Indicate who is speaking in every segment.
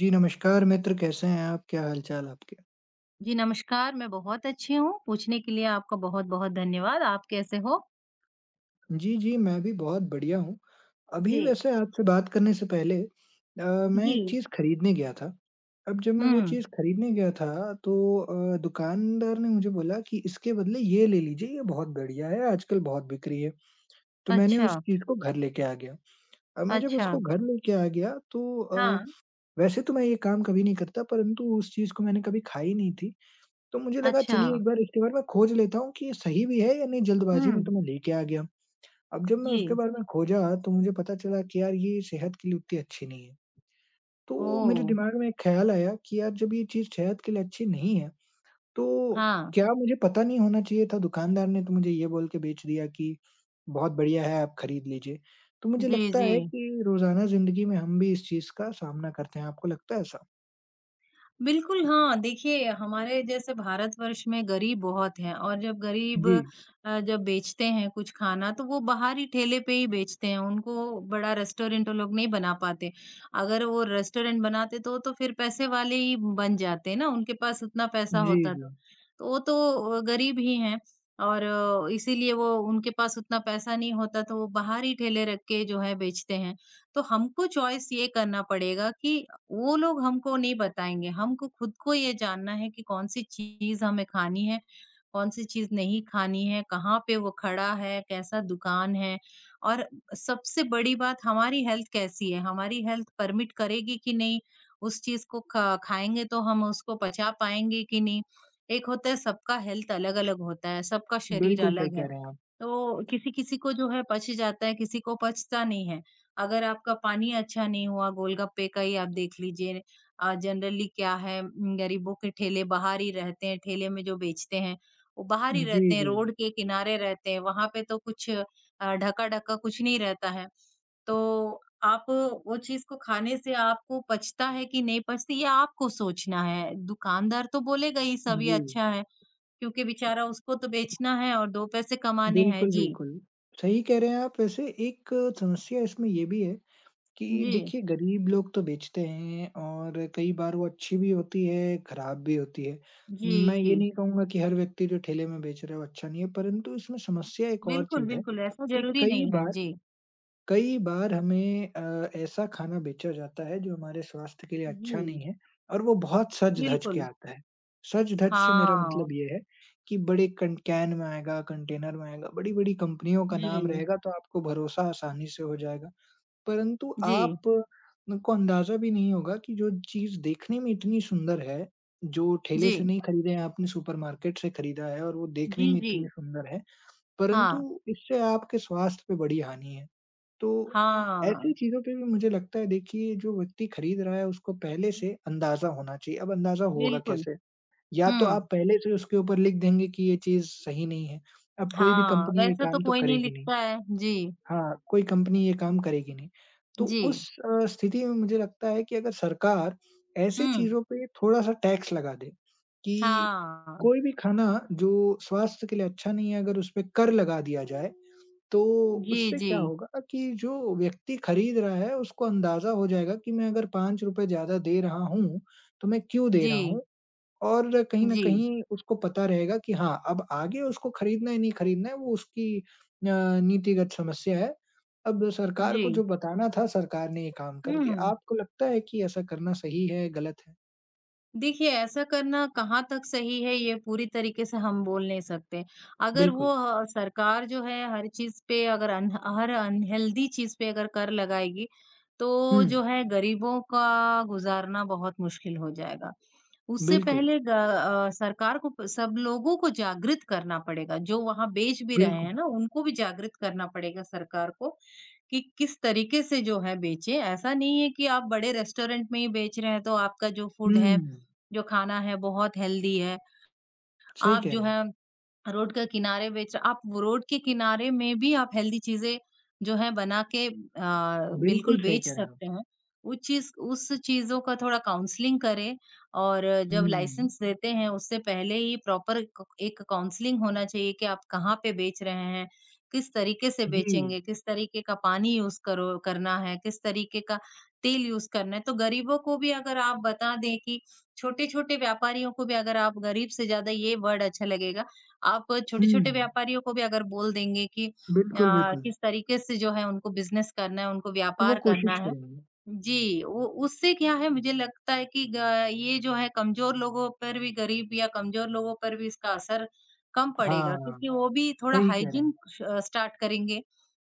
Speaker 1: जी, नमस्कार मित्र, कैसे हैं आप? क्या हाल-चाल आपके?
Speaker 2: जी, नमस्कार, मैं बहुत अच्छी हूँ, पूछने के लिए आपका बहुत-बहुत धन्यवाद। आप कैसे हो?
Speaker 1: जी, जी, मैं भी बहुत बढ़िया हूँ। अभी
Speaker 2: जी।
Speaker 1: वैसे आपसे बात करने से पहले अ, मैं एक
Speaker 2: जी,
Speaker 1: चीज़ खरीदने गया था। अब जब मैं वो
Speaker 2: हुँ,
Speaker 1: चीज़ खरीदने गया था, तो दुकानदार ने मुझे बोला कि इसके बदले ये ले लीजिए, ये बहुत बढ़िया है, आजकल बहुत बिक रही है। तो मैंने उस
Speaker 2: अच्छा,
Speaker 1: चीज़ को घर लेके आ गया। अब मैं जब
Speaker 2: अच्छा,
Speaker 1: उसको घर लेके आ गया, तो
Speaker 2: हाँ,
Speaker 1: वैसे तो मैं ये काम कभी नहीं करता, परंतु उस चीज़ को मैंने कभी खाई नहीं थी। तो मुझे लगा
Speaker 2: अच्छा,
Speaker 1: चलिए एक बार इसके बारे में खोज लेता हूँ कि ये सही भी है या नहीं जल्दबाज़ी में
Speaker 2: हुँ,
Speaker 1: तो मैं लेके आ गया। अब जब मैं उसके
Speaker 2: जी,
Speaker 1: बारे में खोजा तो मुझे पता चला कि यार ये सेहत के लिए उतनी अच्छी नहीं है। तो मेरे
Speaker 2: ओह!
Speaker 1: दिमाग में एक ख़्याल आया कि यार जब ये चीज़ सेहत के लिए अच्छी नहीं है, तो
Speaker 2: हाँ,
Speaker 1: क्या मुझे पता नहीं होना चाहिए था? दुकानदार ने तो मुझे ये बोल के बेच दिया कि बहुत बढ़िया है आप खरीद लीजिए। तो मुझे
Speaker 2: जी,
Speaker 1: लगता
Speaker 2: जी।
Speaker 1: है कि रोज़ाना ज़िंदगी में हम भी इस चीज़ का सामना करते हैं, आपको लगता है ऐसा?
Speaker 2: बिल्कुल, हाँ। देखिए, हमारे जैसे भारतवर्ष में गरीब बहुत हैं और जब गरीब
Speaker 1: जी।
Speaker 2: जब बेचते हैं कुछ खाना तो वो बाहर ही ठेले पे ही बेचते हैं, उनको बड़ा रेस्टोरेंट वो लोग नहीं बना पाते। अगर वो रेस्टोरेंट बनाते तो फिर पैसे वाले ही बन जाते ना, उनके पास उतना पैसा
Speaker 1: जी,
Speaker 2: होता तो।
Speaker 1: जी।
Speaker 2: तो वो तो गरीब ही हैं और इसीलिए वो उनके पास उतना पैसा नहीं होता तो वो बाहर ही ठेले रख के जो है बेचते हैं। तो हमको चॉइस ये करना पड़ेगा कि वो लोग हमको नहीं बताएँगे, हमको खुद को ये जानना है कि कौन-सी चीज़ हमें खानी है, कौन-सी चीज़ नहीं खानी है, कहाँ पे वो खड़ा है, कैसा दुकान है और सबसे बड़ी बात हमारी हेल्थ कैसी है, हमारी हेल्थ परमिट करेगी कि नहीं, उस चीज़ को ख खाएँगे तो हम उसको पचा पाएँगे कि नहीं। एक होता है सबका हेल्थ अलग-अलग होता है, सबका शरीर
Speaker 1: बिल्कुल सही
Speaker 2: अलग है।
Speaker 1: कह रहे हैं आप।
Speaker 2: तो किसी-किसी को जो है पच जाता है, किसी को पचता नहीं है। अगर आपका पानी अच्छा नहीं हुआ, गोलगप्पे का ही आप देख लीजिए जनरली क्या है गरीबों के ठेले बाहर ही रहते हैं, ठेले में जो बेचते हैं, वो बाहर ही
Speaker 1: जी,
Speaker 2: रहते हैं,
Speaker 1: जी।
Speaker 2: रोड के किनारे रहते हैं, वहाँ पे तो कुछ ढका-ढका कुछ नहीं रहता है। तो आप वो चीज़ को खाने से आपको पचता है कि नहीं पचती, ये आपको सोचना है। दुकानदार तो बोलेगा ये सभी
Speaker 1: जी।
Speaker 2: अच्छा है, क्योंकि बेचारा उसको तो बेचना है और 2 पैसे कमाने हैं।
Speaker 1: बिल्कुल,
Speaker 2: जी,
Speaker 1: बिल्कुल। सही कह रहे हैं आप वैसे एक समस्या इसमें ये भी है कि
Speaker 2: जी,
Speaker 1: देखिए गरीब लोग तो बेचते हैं और कई बार वो अच्छी भी होती है, खराब भी होती है। मैं ये
Speaker 2: जी।
Speaker 1: नहीं कहूँगा कि हर व्यक्ति जो ठेले में बेच रहा है वो अच्छा नहीं है, परंतु इसमें समस्या एक और
Speaker 2: बिल्कुल,
Speaker 1: चीज़ है
Speaker 2: बिल्कुल ऐसा
Speaker 1: कि
Speaker 2: ज़रूरी
Speaker 1: कई
Speaker 2: नहीं है।
Speaker 1: बार
Speaker 2: जी,
Speaker 1: कई बार हमें ऐसा खाना बेचा जाता है जो हमारे स्वास्थ्य के लिए अच्छा
Speaker 2: जी,
Speaker 1: नहीं है और वो बहुत सच-धज के
Speaker 2: बिल्कुल।
Speaker 1: आता है। सच-धज से मेरा
Speaker 2: हाँ,
Speaker 1: मतलब ये है कि बड़े कन कैन में आएगा, कंटेनर में आएगा, बड़ी-बड़ी कंपनियों का नाम
Speaker 2: जी,
Speaker 1: रहेगा तो आपको भरोसा आसानी से हो जाएगा। परंतु
Speaker 2: जी,
Speaker 1: आप न- को अंदाज़ा भी नहीं होगा कि जो चीज़ देखने में इतनी सुंदर है, जो ठेले से
Speaker 2: जी,
Speaker 1: नहीं खरीदे हैं आपने सुपरमार्केट से खरीदा है और वो
Speaker 2: जी,
Speaker 1: देखने में
Speaker 2: जी।
Speaker 1: इतनी सुंदर है,
Speaker 2: हाँ,
Speaker 1: परंतु इससे आपके स्वास्थ्य पे बड़ी हानि है। तो
Speaker 2: हाँ,
Speaker 1: ऐसी चीज़ों पे भी मुझे लगता है देखिए जो व्यक्ति खरीद रहा है उसको पहले से अंदाज़ा होना चाहिए। अब अंदाज़ा होगा
Speaker 2: बिल्कुल।
Speaker 1: कैसे? या तो
Speaker 2: हुँ,
Speaker 1: आप पहले से उसके ऊपर लिख देंगे कि ये चीज़ सही नहीं है। अब कोई भी
Speaker 2: हाँ,
Speaker 1: कंपनी ये
Speaker 2: वैसा तो
Speaker 1: काम तो
Speaker 2: कोई नहीं
Speaker 1: करेगी नहीं।
Speaker 2: लिखता है। जी,
Speaker 1: हाँ, कोई कंपनी ये काम करेगी नहीं। तो
Speaker 2: जी,
Speaker 1: उस स्थिति में मुझे लगता है कि अगर सरकार ऐसे
Speaker 2: हुँ,
Speaker 1: चीज़ों पे थोड़ा-सा टैक्स लगा दे कि
Speaker 2: हाँ।
Speaker 1: कोई भी खाना जो स्वास्थ्य के लिए अच्छा नहीं है अगर उसपे कर लगा दिया जाए तो
Speaker 2: जी,
Speaker 1: उससे
Speaker 2: जी,
Speaker 1: क्या होगा कि जो व्यक्ति खरीद रहा है, उसको अंदाज़ा हो जाएगा कि मैं अगर ₹5 ज़्यादा दे रहा हूँ, तो मैं क्यों दे रहा
Speaker 2: जी,
Speaker 1: हूँ? और कहीं न
Speaker 2: जी,
Speaker 1: कहीं उसको पता रहेगा कि हाँ, अब आगे उसको खरीदना है, नहीं खरीदना है, वो उसकी अ, नीतिगत समस्या है। अब सरकार को
Speaker 2: जी,
Speaker 1: जो बताना था, सरकार ने ये काम कर दिया।
Speaker 2: हुँ।
Speaker 1: आपको लगता है कि ऐसा करना सही है, गलत है?
Speaker 2: देखिए, ऐसा करना कहाँ तक सही है, ये पूरी तरीके से हम बोल नहीं सकते। अगर वो
Speaker 1: बिल्कुल।
Speaker 2: सरकार जो है हर चीज़ पे अगर अन हर अनहेल्दी चीज़ पे अगर कर लगाएगी,
Speaker 1: हुँ,
Speaker 2: तो जो है गरीबों का गुज़ारना बहुत मुश्किल हो जाएगा। उससे
Speaker 1: बिल्कुल,
Speaker 2: पहले सरकार को प सब लोगों को जागृत करना पड़ेगा, जो वहाँ बेच भी रहे
Speaker 1: बिल्कुल।
Speaker 2: हैं ना, उनको भी जागृत करना पड़ेगा सरकार को, कि किस तरीके से जो है बेचें। ऐसा नहीं है कि आप बड़े रेस्टोरेंट में ही बेच रहे हैं, तो आपका जो फूड है
Speaker 1: हुँ,
Speaker 2: जो खाना है बहुत हेल्दी है।
Speaker 1: सही
Speaker 2: आप
Speaker 1: कह
Speaker 2: जो
Speaker 1: रहे हैं।
Speaker 2: है रोड के किनारे बेच रहे- आप वो रोड के किनारे में भी आप हेल्दी चीज़ें जो है बना के बिल्कुल
Speaker 1: बिल्कुल सही
Speaker 2: बेच
Speaker 1: कह रहे हैं आप।
Speaker 2: सकते हैं। वो चीज़ उस चीज़ों का थोड़ा काउंसलिंग करें और जब
Speaker 1: हुँ,
Speaker 2: लाइसेंस देते हैं उससे पहले ही प्रॉपर क एक काउंसलिंग होना चाहिए कि आप कहाँ पे बेच रहे हैं, किस तरीके से
Speaker 1: जी।
Speaker 2: बेचेंगे, किस तरीके का पानी यूज़ करो करना है, किस तरीके का तेल यूज़ करना है। तो गरीबों को भी अगर आप बता दें कि छोटे-छोटे व्यापारियों को भी अगर आप गरीब से ज़्यादा ये वर्ड अच्छा लगेगा आप
Speaker 1: हुँ।
Speaker 2: छोटे-छोटे व्यापारियों को भी अगर बोल देंगे कि
Speaker 1: बिल्कुल, बिल्कुल।
Speaker 2: किस तरीके से जो है उनको बिज़नेस करना है, उनको
Speaker 1: तो वो
Speaker 2: व्यापार करना
Speaker 1: कोशिश
Speaker 2: है।
Speaker 1: करेंगे।
Speaker 2: जी, वो उससे क्या है मुझे लगता है कि ग ये जो है कमज़ोर लोगों पर भी गरीब या कमज़ोर लोगों पर भी इसका असर कम पड़ेगा
Speaker 1: हाँ,
Speaker 2: क्योंकि वो भी थोड़ा
Speaker 1: सही कह रहे हैं।
Speaker 2: हाइजीन श स्टार्ट करेंगे।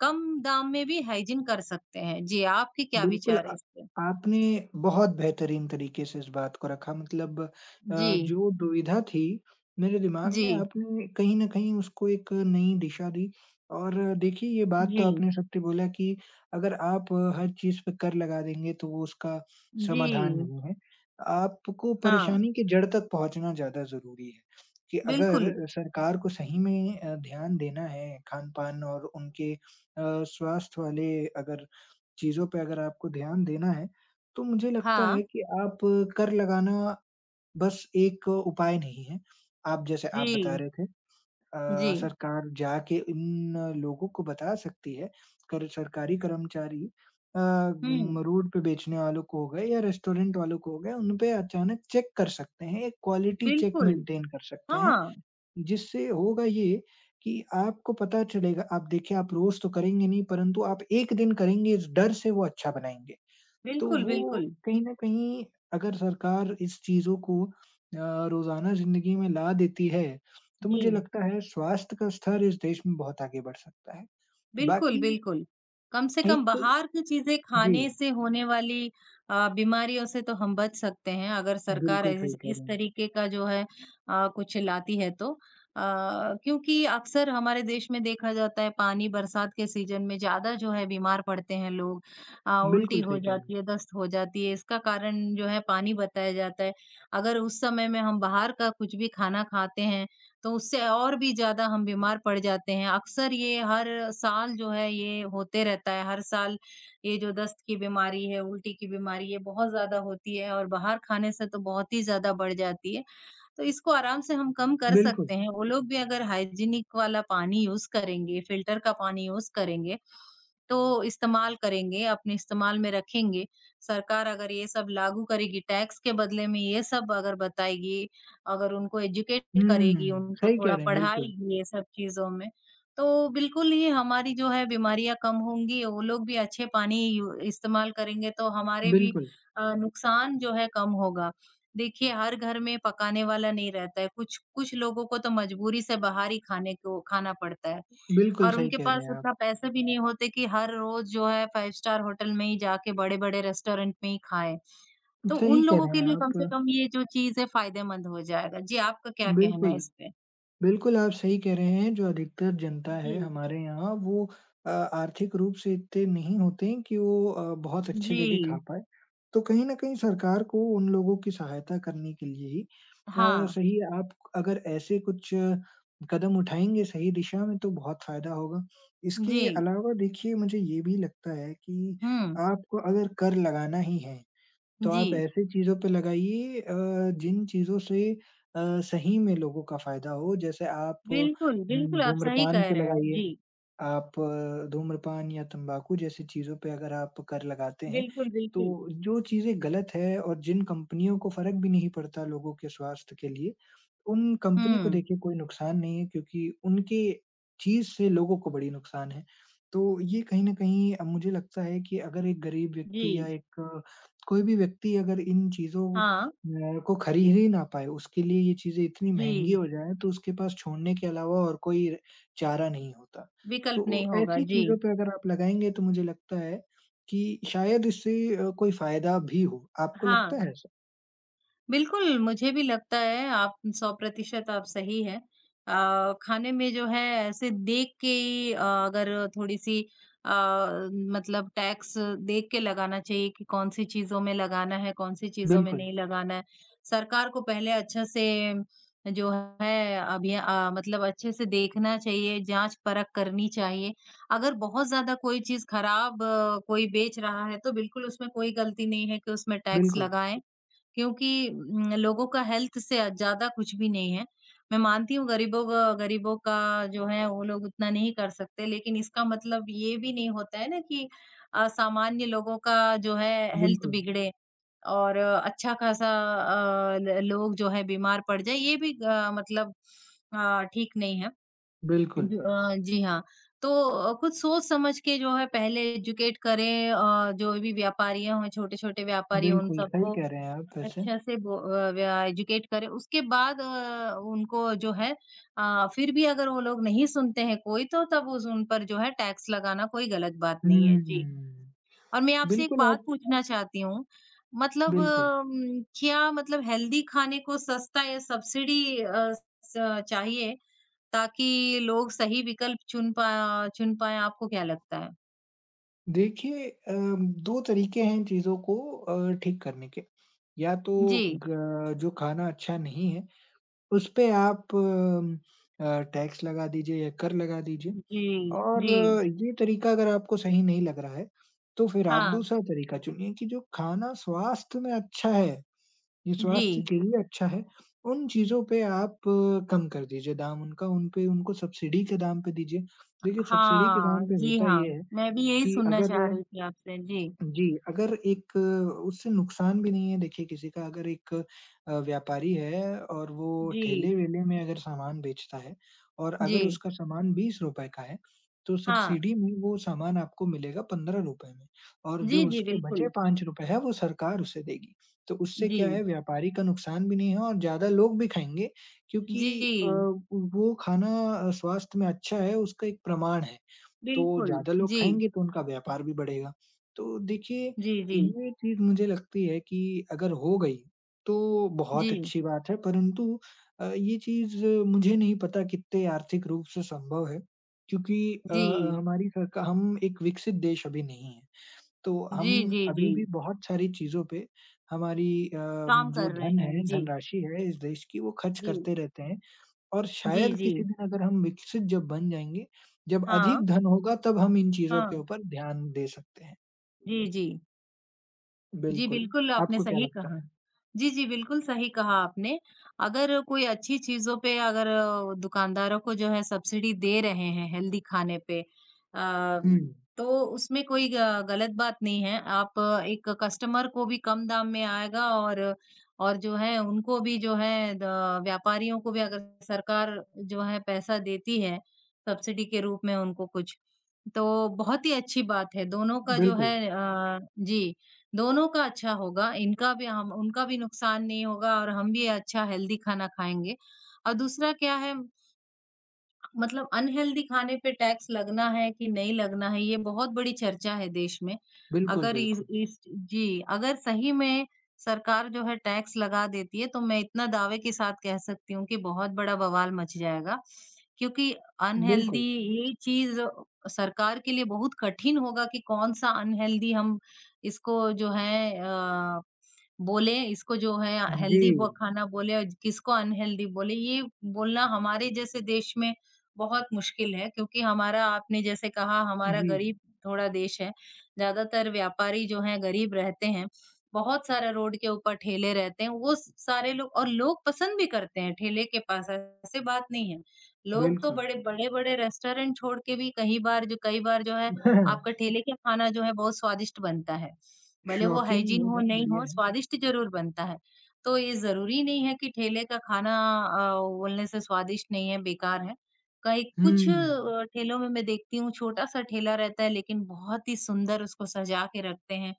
Speaker 2: कम दाम में भी हाइजीन कर सकते हैं। जी, आपके क्या
Speaker 1: बिल्कुल,
Speaker 2: विचार है इस पे?
Speaker 1: आपने बहुत बेहतरीन तरीके से इस बात को रखा मतलब
Speaker 2: जी,
Speaker 1: जो दुविधा थी, मेरे दिमाग में
Speaker 2: जी,
Speaker 1: आपने कहीं न कहीं उसको एक नई दिशा दी और देखिए ये बात तो
Speaker 2: जी,
Speaker 1: आपने सत्य बोला कि अगर आप हर चीज़ पे कर लगा देंगे तो वो उसका
Speaker 2: जी।
Speaker 1: समाधान नहीं है। आपको
Speaker 2: हाँ,
Speaker 1: परेशानी की जड़ तक पहुँचना ज़्यादा ज़रूरी है, कि
Speaker 2: बिल्कुल।
Speaker 1: अगर सरकार को सही में ध्यान देना है खान-पान और उनके स्वास्थ्य वाले अगर चीज़ों पे अगर आपको ध्यान देना है, तो मुझे लगता
Speaker 2: हाँ।
Speaker 1: है कि आप कर लगाना बस एक उपाय नहीं है। आप जैसे आप बता
Speaker 2: जी,
Speaker 1: रहे थे,
Speaker 2: जी।
Speaker 1: सरकार जाके इन लोगों को बता सकती है, कर सरकारी कर्मचारी
Speaker 2: हुँ।
Speaker 1: रोड पे बेचने वालों को हो गए या रेस्टोरेंट वालों को हो गए, उन पे अचानक चेक कर सकते हैं, एक क्वालिटी चेक
Speaker 2: बिल्कुल,
Speaker 1: मेंटेन कर सकते हैं।
Speaker 2: हाँ,
Speaker 1: जिससे होगा ये कि आपको पता चलेगा आप देखिए आप रोज़ तो करेंगे नहीं परंतु आप 1 दिन करेंगे इस डर से वो अच्छा बनाएँगे। तो
Speaker 2: बिल्कुल,
Speaker 1: वो
Speaker 2: बिल्कुल।
Speaker 1: कहीं न कहीं अगर सरकार इस चीज़ों को रोज़ाना ज़िंदगी में ला देती है, तो मुझे
Speaker 2: जी,
Speaker 1: लगता है स्वास्थ्य का स्तर इस देश में बहुत आगे बढ़ सकता है।
Speaker 2: बिल्कुल,
Speaker 1: बाकी
Speaker 2: बिल्कुल। कम से कम
Speaker 1: एक
Speaker 2: बाहर की चीज़ें
Speaker 1: जी,
Speaker 2: खाने से होने वाली बीमारियों से तो हम बच सकते हैं, अगर सरकार
Speaker 1: बिल्कुल
Speaker 2: इस
Speaker 1: सही कह
Speaker 2: इस
Speaker 1: रहे हैं।
Speaker 2: तरीके का जो है कुछ लाती है तो। अ, क्योंकि अक्सर हमारे देश में देखा जाता है पानी बरसात के सीज़न में ज़्यादा जो है बीमार पड़ते हैं लोग। उल्टी
Speaker 1: बिल्कुल
Speaker 2: हो
Speaker 1: सही कह रहे
Speaker 2: जाती
Speaker 1: हैं।
Speaker 2: है, दस्त हो जाती है, इसका कारण जो है पानी बताया जाता है। अगर उस समय में हम बाहर का कुछ भी खाना खाते हैं तो उससे और भी ज़्यादा हम बीमार पड़ जाते हैं। अक्सर ये हर साल जो है ये होते रहता है। हर साल ये जो दस्त की बीमारी है, उल्टी की बीमारी, ये बहुत ज़्यादा होती है और बाहर खाने से तो बहुत ही ज़्यादा बढ़ जाती है। तो इसको आराम से हम कम कर
Speaker 1: बिल्कुल।
Speaker 2: सकते हैं। वो लोग भी अगर हाइजीनिक वाला पानी यूज़ करेंगे, फ़िल्टर का पानी यूज़ करेंगे, तो इस्तेमाल करेंगे, अपने इस्तेमाल में रखेंगे। सरकार अगर ये सब लागू करेगी, टैक्स के बदले में ये सब अगर बताएगी, अगर उनको एजुकेट करेगी,
Speaker 1: हुँ,
Speaker 2: उनको
Speaker 1: सही कह
Speaker 2: थोड़ा
Speaker 1: रहे हैं बिल्कुल।
Speaker 2: पढ़ाएगी ये सब चीज़ों में, तो बिल्कुल ही हमारी जो है बीमारियाँ कम होंगी। वो लोग भी अच्छे पानी यू इस्तेमाल करेंगे, तो हमारे भी
Speaker 1: बिल्कुल,
Speaker 2: नुकसान जो है कम होगा। देखिए, हर घर में पकाने वाला नहीं रहता है, कुछ कुछ लोगों को तो मजबूरी से बाहर ही खाने को खाना पड़ता है
Speaker 1: बिल्कुल
Speaker 2: और
Speaker 1: सही
Speaker 2: उनके
Speaker 1: कह रहे
Speaker 2: पास
Speaker 1: हैं आप।
Speaker 2: उतना पैसे भी नहीं होते कि हर रोज़ जो है 5 स्टार होटल में ही जाके बड़े-बड़े रेस्टोरेंट में ही खाएँ। तो
Speaker 1: सही
Speaker 2: उन
Speaker 1: कह
Speaker 2: लोगों
Speaker 1: रहे
Speaker 2: के
Speaker 1: हैं
Speaker 2: लिए कम
Speaker 1: आप।
Speaker 2: से कम ये जो चीज़ है फायदेमंद हो जाएगा। जी, आपका क्या कहना है
Speaker 1: बिल्कुल,
Speaker 2: इस पे?
Speaker 1: बिल्कुल आप सही कह रहे हैं, जो अधिकतर जनता
Speaker 2: जी।
Speaker 1: है हमारे यहाँ वो आर्थिक रूप से इतने नहीं होते हैं कि वो बहुत अच्छी
Speaker 2: जी।
Speaker 1: जगह खा पाएँ। तो कहीं न कहीं सरकार को उन लोगों की सहायता करने के लिए ही अ,
Speaker 2: हाँ।
Speaker 1: सही आप अगर ऐसे कुछ कदम उठाएँगे सही दिशा में तो बहुत फ़ायदा होगा। इसके
Speaker 2: जी।
Speaker 1: अलावा देखिए मुझे ये भी लगता है कि
Speaker 2: हुँ।
Speaker 1: आपको अगर कर लगाना ही है तो
Speaker 2: जी।
Speaker 1: आप ऐसी चीज़ों पे लगाइए जिन चीज़ों से सही में लोगों का फ़ायदा हो। जैसे आप
Speaker 2: बिल्कुल, बिल्कुल आप सही
Speaker 1: धूम्रपान
Speaker 2: कह
Speaker 1: पे
Speaker 2: रहे हैं।
Speaker 1: लगाइए।
Speaker 2: जी।
Speaker 1: आप धूम्रपान या तंबाकू जैसी चीज़ों पे अगर आप कर लगाते हैं,
Speaker 2: बिल्कुल, बिल्कुल।
Speaker 1: तो जो चीज़ें गलत है और जिन कंपनियों को फ़र्क भी नहीं पड़ता लोगों के स्वास्थ्य के लिए, उन कंपनी को
Speaker 2: हुँ।
Speaker 1: देखिए कोई नुकसान नहीं है क्योंकि उनके चीज़ से लोगों को बड़ी नुकसान है। तो ये कहीं न कहीं मुझे लगता है कि अगर एक गरीब
Speaker 2: जी।
Speaker 1: व्यक्ति या कोई भी व्यक्ति अगर इन चीज़ों
Speaker 2: हाँ।
Speaker 1: अ, को खरीद ही ना पाए, उसके लिए ये चीज़ें इतनी
Speaker 2: जी।
Speaker 1: महँगी हो जाएँ, तो उसके पास छोड़ने के अलावा और कोई चारा नहीं होता। तो
Speaker 2: विकल्प नहीं होगा,
Speaker 1: ऐसी
Speaker 2: जी।
Speaker 1: चीज़ों पे अगर आप लगाएँगे तो मुझे लगता है कि शायद इससे कोई फ़ायदा भी हो। आपको
Speaker 2: हाँ,
Speaker 1: लगता है ऐसा?
Speaker 2: बिल्कुल, मुझे भी लगता है आप 100% आप सही हैं। खाने में जो है ऐसे देख के ही अगर थोड़ी-सी अ, मतलब टैक्स देख के लगाना चाहिए कि कौन-सी चीज़ों में लगाना है, कौन-सी चीज़ों में
Speaker 1: बिल्कुल,
Speaker 2: नहीं लगाना है। सरकार को पहले अच्छा से जो है मतलब अच्छे से देखना चाहिए, जाँच-परख करनी चाहिए। अगर बहुत ज़्यादा कोई चीज़ खराब कोई बेच रहा है, तो बिल्कुल उसमें कोई गलती नहीं है कि उसमें टैक्स
Speaker 1: बिल्कुल,
Speaker 2: लगाएँ। क्योंकि लोगों का हेल्थ से ज़्यादा कुछ भी नहीं है। मैं मानती हूँ गरीबों का जो है वो लोग उतना नहीं कर सकते, लेकिन इसका मतलब ये भी नहीं होता है ना कि सामान्य लोगों का जो है हेल्थ
Speaker 1: बिल्कुल,
Speaker 2: बिगड़े और अच्छा खासा अ, ल लोग जो है बीमार पड़ जाए, ये भी ग मतलब ठीक नहीं है।
Speaker 1: बिल्कुल,
Speaker 2: जी हाँ। तो कुछ सोच समझ के जो है पहले एजुकेट करें जो भी व्यापारियाँ हों, छोटे-छोटे व्यापारी हों, उन
Speaker 1: बिल्कुल, सही
Speaker 2: सबको
Speaker 1: कह रहे हैं आप वैसे।
Speaker 2: अच्छा से बो अ, व्या एजुकेट करें। उसके बाद उनको जो है फिर भी अगर वो लोग नहीं सुनते हैं कोई तो तब उस उन पर जो है टैक्स लगाना कोई गलत बात नहीं है। जी।
Speaker 1: हुँ,
Speaker 2: और मैं आपसे एक
Speaker 1: बिल्कुल
Speaker 2: बात
Speaker 1: आप
Speaker 2: पूछना चाहती हूँ, मतलब
Speaker 1: बिल्कुल।
Speaker 2: क्या मतलब हेल्दी खाने को सस्ता या सब्सिडी अ, स चाहिए ताकि लोग सही विकल्प चुन पाएँ, आपको क्या लगता है?
Speaker 1: देखिए 2 तरीके हैं चीज़ों को ठीक करने के। या तो
Speaker 2: जी।
Speaker 1: ग जो खाना अच्छा नहीं है, उस पे आप टैक्स लगा दीजिए या कर लगा दीजिए।
Speaker 2: जी,
Speaker 1: और
Speaker 2: जी।
Speaker 1: ये तरीका अगर आपको सही नहीं लग रहा है, तो फिर आप
Speaker 2: हाँ,
Speaker 1: दूसरा तरीका चुनिए कि जो खाना स्वास्थ्य में अच्छा है, ये
Speaker 2: जी।
Speaker 1: स्वास्थ्य के लिए अच्छा है, उन चीज़ों पे आप कम कर दीजिए दाम उनका, उन पे उनको सब्सिडी के दाम पे दीजिए। देखिए सब्सिडी के
Speaker 2: हाँ,
Speaker 1: दाम पे
Speaker 2: जी
Speaker 1: होता
Speaker 2: हाँ।
Speaker 1: ये है
Speaker 2: मैं भी यही
Speaker 1: कि
Speaker 2: सुनना
Speaker 1: अगर
Speaker 2: चाह रही थी आपसे। जी,
Speaker 1: जी, अगर एक अ, उससे नुकसान भी नहीं है देखिए किसी का अगर एक व्यापारी है और वो
Speaker 2: जी,
Speaker 1: ठेले-वेले में अगर सामान बेचता है और
Speaker 2: जी।
Speaker 1: अगर उसका सामान ₹20 का है, तो
Speaker 2: हाँ।
Speaker 1: सब्सिडी में वो सामान आपको मिलेगा ₹15 में और
Speaker 2: जी,
Speaker 1: जो
Speaker 2: जी,
Speaker 1: उसके बचे
Speaker 2: बिल्कुल।
Speaker 1: ₹5 है वो सरकार उसे देगी। तो उससे
Speaker 2: जी,
Speaker 1: क्या है व्यापारी का नुकसान भी नहीं है और ज़्यादा लोग भी खाएँगे क्योंकि
Speaker 2: जी,
Speaker 1: वो खाना स्वास्थ्य में अच्छा है उसका एक प्रमाण है। तो
Speaker 2: बिल्कुल।
Speaker 1: ज़्यादा लोग
Speaker 2: जी,
Speaker 1: खाएँगे तो उनका व्यापार भी बढ़ेगा। तो देखिए,
Speaker 2: जी, जी,
Speaker 1: ये चीज़ मुझे लगती है कि अगर हो गई तो बहुत
Speaker 2: जी,
Speaker 1: अच्छी बात है परंतु ये चीज़ मुझे नहीं पता कितने आर्थिक रूप से संभव है क्योंकि अ अ,
Speaker 2: जी,
Speaker 1: हमारी सरका हम एक विकसित देश अभी नहीं है। तो हम
Speaker 2: जी, जी,
Speaker 1: अभी
Speaker 2: जी।
Speaker 1: भी बहुत सारी चीज़ों पे हमारी अ,
Speaker 2: काम
Speaker 1: जो
Speaker 2: कर रहे
Speaker 1: धन
Speaker 2: हैं।
Speaker 1: है,
Speaker 2: जी,
Speaker 1: धनराशि है इस देश की वो खर्च
Speaker 2: जी,
Speaker 1: करते रहते हैं और
Speaker 2: जी,
Speaker 1: शायद
Speaker 2: जी।
Speaker 1: किसी दिन अगर हम विकसित जब बन जाएँगे, जब
Speaker 2: हाँ,
Speaker 1: अधिक धन होगा तब हम इन चीज़ों
Speaker 2: हाँ।
Speaker 1: के ऊपर ध्यान दे सकते हैं।
Speaker 2: जी, जी। जी,
Speaker 1: बिल्कुल,
Speaker 2: बिल्कुल आपने
Speaker 1: आपको क्या
Speaker 2: सही
Speaker 1: लगता
Speaker 2: कहा।
Speaker 1: है?
Speaker 2: जी, जी, बिल्कुल सही कहा आपने। अगर कोई अच्छी चीज़ों पे अगर दुकानदारों को जो है सब्सिडी दे रहे हैं हेल्दी खाने पे
Speaker 1: हुँ,
Speaker 2: तो उसमें कोई ग गलत बात नहीं है। आप एक कस्टमर को भी कम दाम में आएगा और जो है उनको भी जो है द व्यापारियों को भी अगर सरकार जो है पैसा देती है सब्सिडी के रूप में उनको कुछ, तो बहुत ही अच्छी बात है। दोनों का जो है
Speaker 1: बिल्कुल,
Speaker 2: अ, जी। दोनों का अच्छा होगा, इनका भी हम उनका भी नुकसान नहीं होगा और हम भी अच्छा हेल्दी खाना खाएँगे। और दूसरा क्या है मतलब अनहेल्दी खाने पे टैक्स लगना है कि नहीं लगना है, ये बहुत बड़ी चर्चा है देश में।
Speaker 1: बिल्कुल,
Speaker 2: अगर इस
Speaker 1: बिल्कुल।
Speaker 2: इस जी, अगर सही में सरकार जो है टैक्स लगा देती है, तो मैं इतना दावे के साथ कह सकती हूँ कि बहुत बड़ा बवाल मच जाएगा। क्योंकि अनहेल्दी
Speaker 1: बिल्कुल।
Speaker 2: ये चीज़ सरकार के लिए बहुत कठिन होगा कि कौन-सा अनहेल्दी हम इसको जो है, बोले, इसको जो है
Speaker 1: जी,
Speaker 2: हेल्दी ब खाना बोले और किसको अनहेल्दी बोले, ये बोलना हमारे जैसे देश में बहुत मुश्किल है क्योंकि हमारा आपने जैसे कहा हमारा
Speaker 1: जी,
Speaker 2: गरीब थोड़ा देश है। ज़्यादातर व्यापारी जो हैं गरीब रहते हैं। बहुत सारा रोड के ऊपर ठेले रहते हैं। वो स सारे लोग और लोग पसंद भी करते हैं ठेले के पास, ऐसे बात नहीं है। लोग तो
Speaker 1: बिल्कुल।
Speaker 2: बड़े-बड़े रेस्टोरेंट छोड़ के भी कहीं बार जो कई बार जो है आपका ठेले का खाना जो है बहुत स्वादिष्ट बनता है। भले वो
Speaker 1: शौकीन
Speaker 2: हाइजीन
Speaker 1: लोग
Speaker 2: हो,
Speaker 1: हैं,
Speaker 2: नहीं
Speaker 1: बढ़िया
Speaker 2: हो,
Speaker 1: है।
Speaker 2: स्वादिष्ट ज़रूर बनता है। तो ये ज़रूरी नहीं है कि ठेले का खाना बोलने से स्वादिष्ट नहीं है, बेकार है। कई कुछ
Speaker 1: हुँ,
Speaker 2: अ, ठेलों में मैं देखती हूँ छोटा-सा ठेला रहता है लेकिन बहुत ही सुंदर उसको सजा के रखते हैं।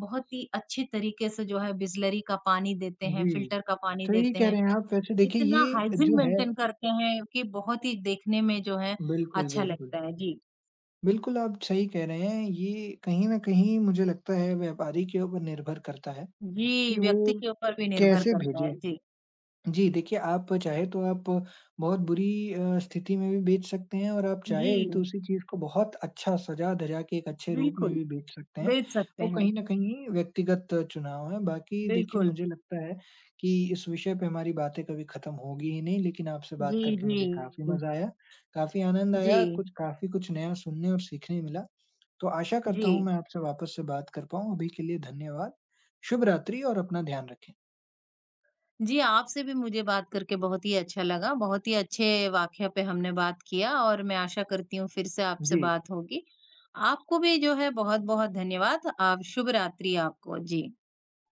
Speaker 2: बहुत ही अच्छे तरीके से जो है बिसलरी का पानी देते हैं,
Speaker 1: जी।
Speaker 2: फ़िल्टर का पानी
Speaker 1: सही
Speaker 2: देते
Speaker 1: कह
Speaker 2: हैं।
Speaker 1: रहे हैं आप। वैसे देखिए
Speaker 2: इतना
Speaker 1: ये
Speaker 2: हाइजीन
Speaker 1: जो है
Speaker 2: मेंटेन करते हैं कि बहुत ही देखने में जो है
Speaker 1: बिल्कुल,
Speaker 2: अच्छा
Speaker 1: बिल्कुल।
Speaker 2: लगता है। जी।
Speaker 1: बिल्कुल, आप सही कह रहे हैं। ये कहीं न कहीं मुझे लगता है व्यापारी के ऊपर निर्भर करता है,
Speaker 2: जी,
Speaker 1: कि वो
Speaker 2: व्यक्ति के ऊपर भी निर्भर
Speaker 1: कैसे
Speaker 2: करता है। जी।
Speaker 1: भेजें? जी, देखिए आप चाहे तो आप बहुत बुरी स्थिति में भी बेच सकते हैं और आप चाहे
Speaker 2: जी,
Speaker 1: तो उसी चीज़ को बहुत अच्छा सजा-धजा के एक अच्छे रूप में
Speaker 2: बिल्कुल।
Speaker 1: भी बेच सकते हैं।
Speaker 2: बेच सकते
Speaker 1: वो
Speaker 2: हैं।
Speaker 1: कहीं न कहीं व्यक्तिगत चुनाव है। बाकी देखिए
Speaker 2: बिल्कुल।
Speaker 1: मुझे लगता है कि इस विषय पे हमारी बातें कभी खत्म होगी ही नहीं, लेकिन आपसे
Speaker 2: जी,
Speaker 1: बात करके
Speaker 2: जी।
Speaker 1: मुझे काफ़ी मज़ा आया, काफ़ी आनंद आया,
Speaker 2: जी,
Speaker 1: कुछ काफ़ी कुछ नया सुनने और सीखने मिला। तो आशा करता
Speaker 2: जी।
Speaker 1: हूँ मैं आपसे वापस से बात कर पाऊँ। अभी के लिए धन्यवाद। शुभ रात्रि और अपना ध्यान रखें।
Speaker 2: जी, आपसे भी मुझे बात करके बहुत ही अच्छा लगा। बहुत ही अच्छे वाक़या पे हमने बात किया और मैं आशा करती हूँ फिर से आपसे
Speaker 1: जी।
Speaker 2: बात होगी। आपको भी जो है बहुत-बहुत धन्यवाद। आप शुभ रात्रि आपको। जी।